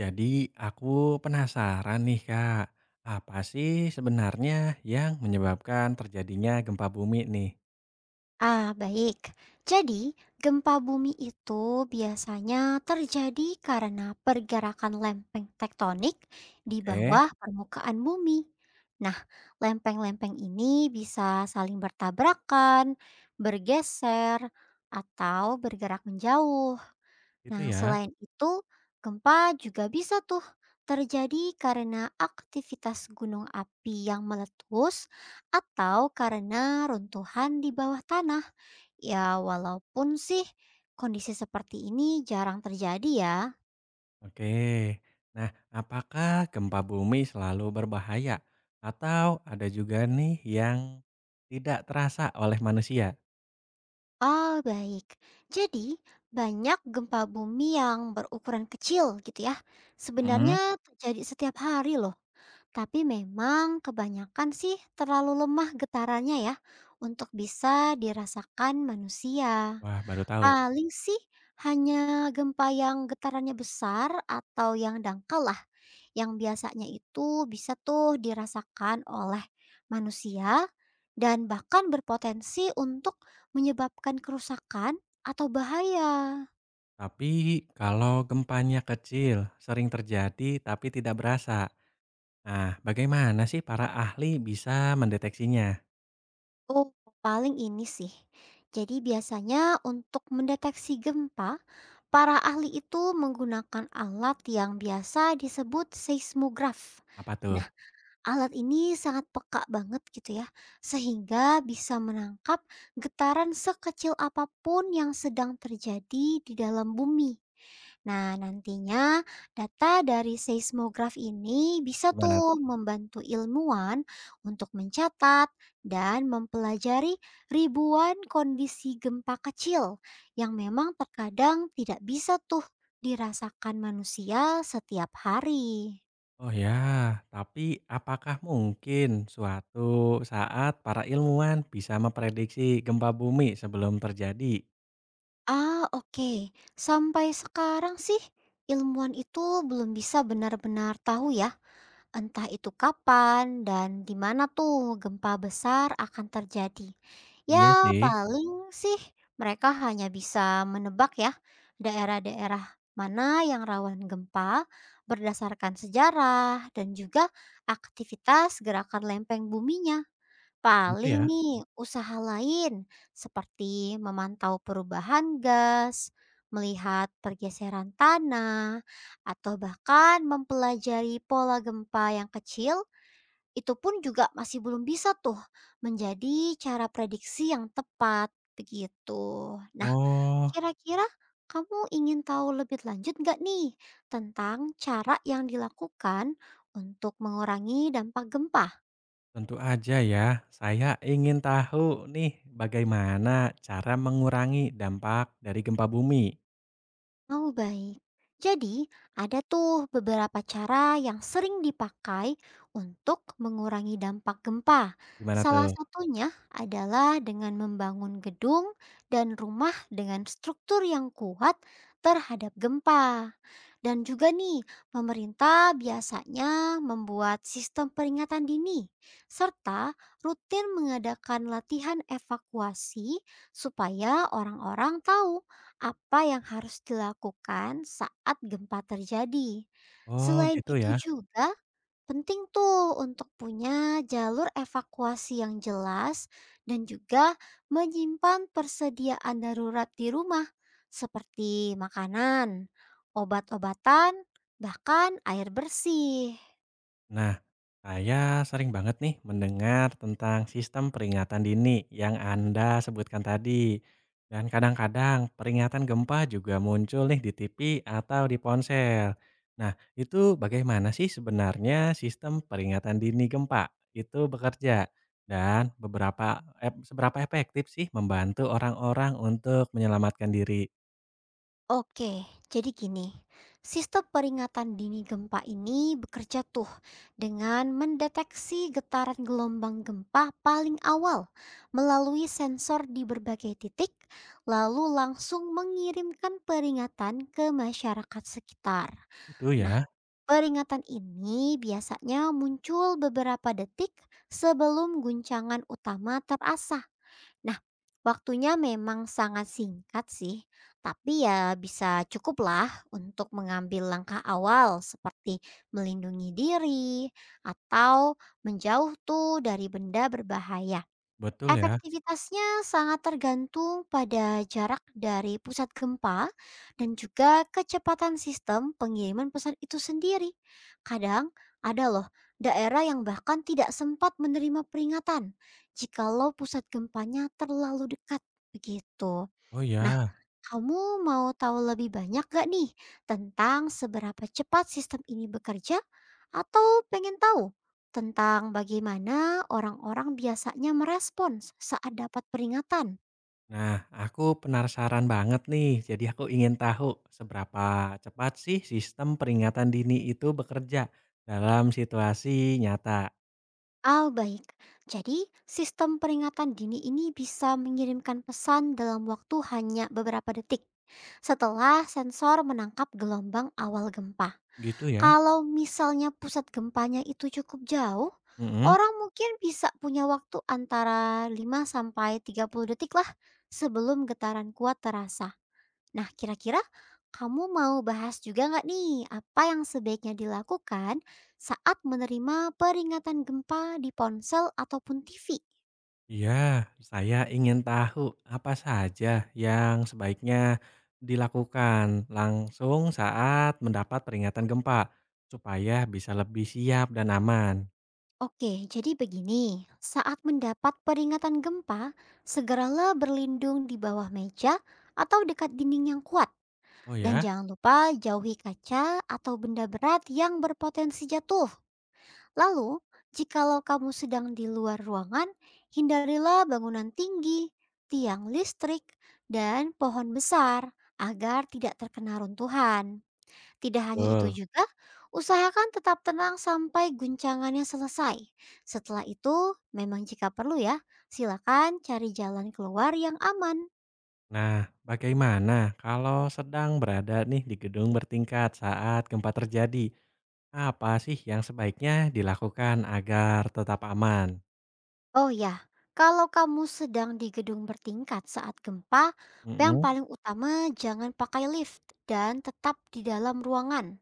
Jadi aku penasaran nih Kak, apa sih sebenarnya yang menyebabkan terjadinya gempa bumi nih? Ah, baik. Jadi, gempa bumi itu biasanya terjadi karena pergerakan lempeng tektonik di Oke, bawah permukaan bumi. Nah, lempeng-lempeng ini bisa saling bertabrakan, bergeser, atau bergerak menjauh. itu Nah, ya. selain itu, gempa juga bisa tuh terjadi karena aktivitas gunung api yang meletus atau karena runtuhan di bawah tanah. Ya, walaupun sih kondisi seperti ini jarang terjadi ya. Oke. Nah, apakah gempa bumi selalu berbahaya atau ada juga nih yang tidak terasa oleh manusia? Ah, baik. Jadi, banyak gempa bumi yang berukuran kecil gitu ya. Mhm. Sebenarnya terjadi setiap hari loh. Tapi memang kebanyakan sih terlalu lemah getarannya ya untuk bisa dirasakan manusia. Wah, baru tahu. Paling sih hanya gempa yang getarannya besar atau yang dangkal lah yang biasanya itu bisa tuh dirasakan oleh manusia dan bahkan berpotensi untuk menyebabkan kerusakan atau bahaya. Tapi kalau gempanya kecil, sering terjadi tapi tidak berasa. Nah, bagaimana sih para ahli bisa mendeteksinya? Oh, paling ini sih. Jadi biasanya untuk mendeteksi gempa, para ahli itu menggunakan alat yang biasa disebut seismograf. Apa tuh? Alat ini sangat peka banget gitu ya, sehingga bisa menangkap getaran sekecil apapun yang sedang terjadi di dalam bumi. Nah, nantinya data dari seismograf ini bisa Gimana tuh tuh? membantu ilmuwan untuk mencatat dan mempelajari ribuan kondisi gempa kecil yang memang terkadang tidak bisa tuh dirasakan manusia setiap hari. Oh ya, tapi apakah mungkin suatu saat para ilmuwan bisa memprediksi gempa bumi sebelum terjadi? Ah, oke. Sampai sekarang sih ilmuwan itu belum bisa benar-benar tahu ya, entah itu kapan dan di mana tuh gempa besar akan terjadi. Iya Ya, sih, paling sih mereka hanya bisa menebak ya daerah-daerah mana yang rawan gempa berdasarkan sejarah dan juga aktivitas gerakan lempeng buminya. gitu ya. Paling nih usaha lain seperti memantau perubahan gas, melihat pergeseran tanah, atau bahkan mempelajari pola gempa yang kecil, itu pun juga masih belum bisa tuh menjadi cara prediksi yang tepat begitu. Nah, Oh, kira-kira kamu ingin tahu lebih lanjut nggak nih tentang cara yang dilakukan untuk mengurangi dampak gempa? tentu aja ya. Saya ingin tahu nih bagaimana cara mengurangi dampak dari gempa bumi. Oh, baik. Jadi, ada tuh beberapa cara yang sering dipakai untuk mengurangi dampak gempa. Gimana Salah tuh? satunya adalah dengan membangun gedung dan rumah dengan struktur yang kuat terhadap gempa. Dan juga nih, pemerintah biasanya membuat sistem peringatan dini serta rutin mengadakan latihan evakuasi supaya orang-orang tahu apa yang harus dilakukan saat gempa terjadi. Oh, Selain gitu ya. itu juga, penting tuh untuk punya jalur evakuasi yang jelas dan juga menyimpan persediaan darurat di rumah seperti makanan, obat-obatan, bahkan air bersih. Nah, saya sering banget nih mendengar tentang sistem peringatan dini yang Anda sebutkan tadi. Dan kadang-kadang peringatan gempa juga muncul nih di TV atau di ponsel. Nah, itu bagaimana sih sebenarnya sistem peringatan dini gempa itu bekerja? Dan beberapa seberapa efektif sih membantu orang-orang untuk menyelamatkan diri? Oke, jadi gini, sistem peringatan dini gempa ini bekerja tuh dengan mendeteksi getaran gelombang gempa paling awal melalui sensor di berbagai titik, lalu langsung mengirimkan peringatan ke masyarakat sekitar. Itu Nah, ya, peringatan ini biasanya muncul beberapa detik sebelum guncangan utama terasa. Nah, waktunya memang sangat singkat sih, tapi ya bisa cukuplah untuk mengambil langkah awal seperti melindungi diri atau menjauh tuh dari benda berbahaya. betul ya. Efektivitasnya sangat tergantung pada jarak dari pusat gempa dan juga kecepatan sistem pengiriman pesan itu sendiri. Kadang ada loh daerah yang bahkan tidak sempat menerima peringatan jikalau pusat gempanya terlalu dekat begitu. Oh Nah, ya. kamu mau tahu lebih banyak gak nih tentang seberapa cepat sistem ini bekerja? Atau pengen tahu tentang bagaimana orang-orang biasanya merespons saat dapat peringatan? Nah, aku penasaran banget nih. Jadi aku ingin tahu seberapa cepat sih sistem peringatan dini itu bekerja dalam situasi nyata. Oh, baik, jadi sistem peringatan dini ini bisa mengirimkan pesan dalam waktu hanya beberapa detik setelah sensor menangkap gelombang awal gempa. Gitu ya. Kalau misalnya pusat gempanya itu cukup jauh, Mm-mm. orang mungkin bisa punya waktu antara 5 sampai 30 detik lah sebelum getaran kuat terasa. Nah, kira-kira kamu mau bahas juga nggak nih apa yang sebaiknya dilakukan saat menerima peringatan gempa di ponsel ataupun TV? Iya, saya ingin tahu apa saja yang sebaiknya dilakukan langsung saat mendapat peringatan gempa supaya bisa lebih siap dan aman. Oke, jadi begini. Saat mendapat peringatan gempa, segeralah berlindung di bawah meja atau dekat dinding yang kuat. Oh Dan ya, jangan lupa jauhi kaca atau benda berat yang berpotensi jatuh. Lalu, jikalau kamu sedang di luar ruangan, hindarilah bangunan tinggi, tiang listrik, dan pohon besar agar tidak terkena runtuhan. Tidak hanya itu betul. juga, usahakan tetap tenang sampai guncangannya selesai. Setelah itu, memang jika perlu ya, silakan cari jalan keluar yang aman. Nah, bagaimana kalau sedang berada nih di gedung bertingkat saat gempa terjadi? Apa sih yang sebaiknya dilakukan agar tetap aman? Oh ya, kalau kamu sedang di gedung bertingkat saat gempa, yang Mhm, paling utama jangan pakai lift dan tetap di dalam ruangan.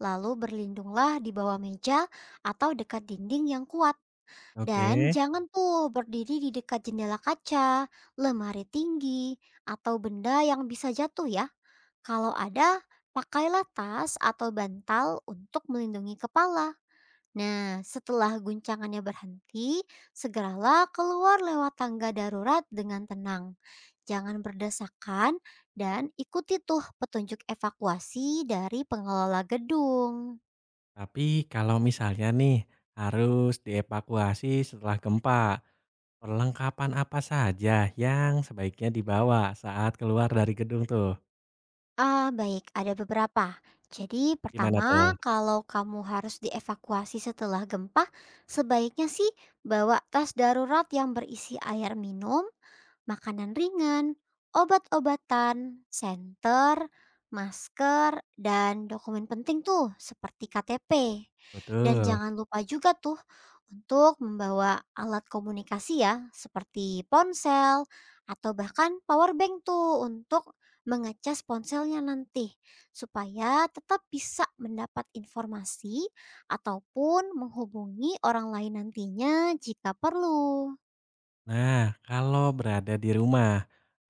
Lalu berlindunglah di bawah meja atau dekat dinding yang kuat. Dan oke. jangan tuh berdiri di dekat jendela kaca, lemari tinggi, atau benda yang bisa jatuh ya. Kalau ada, pakailah tas atau bantal untuk melindungi kepala. Nah, setelah guncangannya berhenti, segeralah keluar lewat tangga darurat dengan tenang. Jangan berdesakan dan ikuti tuh petunjuk evakuasi dari pengelola gedung. Tapi kalau misalnya nih harus dievakuasi setelah gempa, perlengkapan apa saja yang sebaiknya dibawa saat keluar dari gedung tuh? Ah, baik, ada beberapa. Jadi, Gimana tuh? pertama, kalau kamu harus dievakuasi setelah gempa, sebaiknya sih bawa tas darurat yang berisi air minum, makanan ringan, obat-obatan, senter, masker, dan dokumen penting tuh seperti KTP. Dan Betul. jangan lupa juga tuh untuk membawa alat komunikasi ya, seperti ponsel atau bahkan power bank tuh untuk mengecas ponselnya nanti supaya tetap bisa mendapat informasi ataupun menghubungi orang lain nantinya jika perlu. Nah, kalau berada di rumah,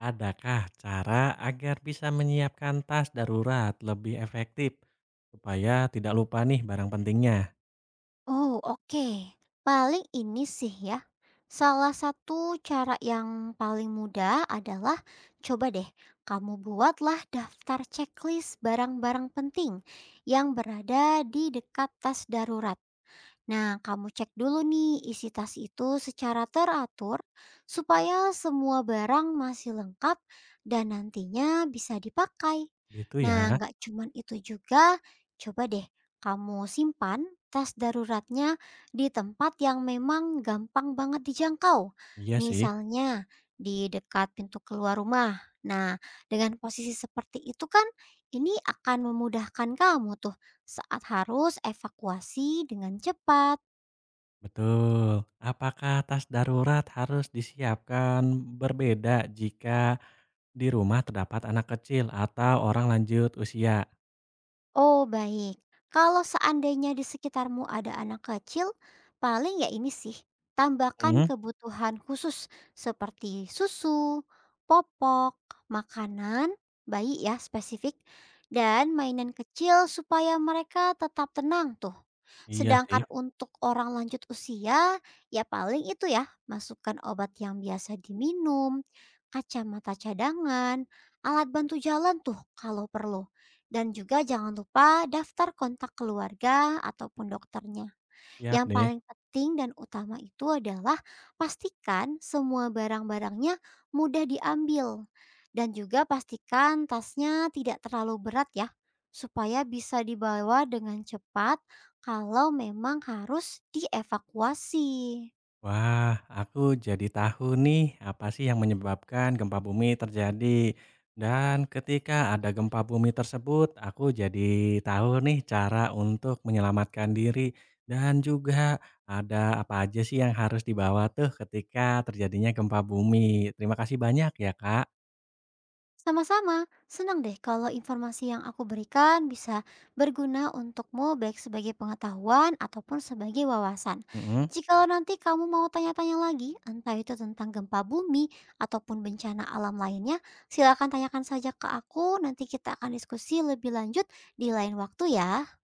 adakah cara agar bisa menyiapkan tas darurat lebih efektif supaya tidak lupa nih barang pentingnya? Oh, oke. Paling ini sih ya. Salah satu cara yang paling mudah adalah coba deh kamu buatlah daftar checklist barang-barang penting yang berada di dekat tas darurat. Nah, kamu cek dulu nih isi tas itu secara teratur supaya semua barang masih lengkap dan nantinya bisa dipakai. Gitu Nah, ya. nggak cuman itu juga, coba deh kamu simpan tas daruratnya di tempat yang memang gampang banget dijangkau. Iya sih, Misalnya di dekat pintu keluar rumah. Nah, dengan posisi seperti itu kan ini akan memudahkan kamu tuh saat harus evakuasi dengan cepat. betul. Apakah tas darurat harus disiapkan berbeda jika di rumah terdapat anak kecil atau orang lanjut usia? Oh, baik. Kalau seandainya di sekitarmu ada anak kecil, paling ya ini sih, Hmm, tambahkan kebutuhan khusus seperti susu, popok, makanan, bayi ya spesifik, dan mainan kecil supaya mereka tetap tenang tuh. iya sih, Sedangkan untuk orang lanjut usia, ya paling itu ya, masukkan obat yang biasa diminum, kacamata cadangan, alat bantu jalan tuh kalau perlu. Dan juga jangan lupa daftar kontak keluarga ataupun dokternya. siap Yang deh. paling penting dan utama itu adalah pastikan semua barang-barangnya mudah diambil. Dan juga pastikan tasnya tidak terlalu berat ya, supaya bisa dibawa dengan cepat kalau memang harus dievakuasi. Wah, aku jadi tahu nih apa sih yang menyebabkan gempa bumi terjadi. Dan ketika ada gempa bumi tersebut, aku jadi tahu nih cara untuk menyelamatkan diri. Dan juga ada apa aja sih yang harus dibawa tuh ketika terjadinya gempa bumi. Terima kasih banyak ya, Kak. Sama-sama, senang deh kalau informasi yang aku berikan bisa berguna untukmu baik sebagai pengetahuan ataupun sebagai wawasan. Mhm. Jikalau nanti kamu mau tanya-tanya lagi, entah itu tentang gempa bumi ataupun bencana alam lainnya, silakan tanyakan saja ke aku, nanti kita akan diskusi lebih lanjut di lain waktu ya.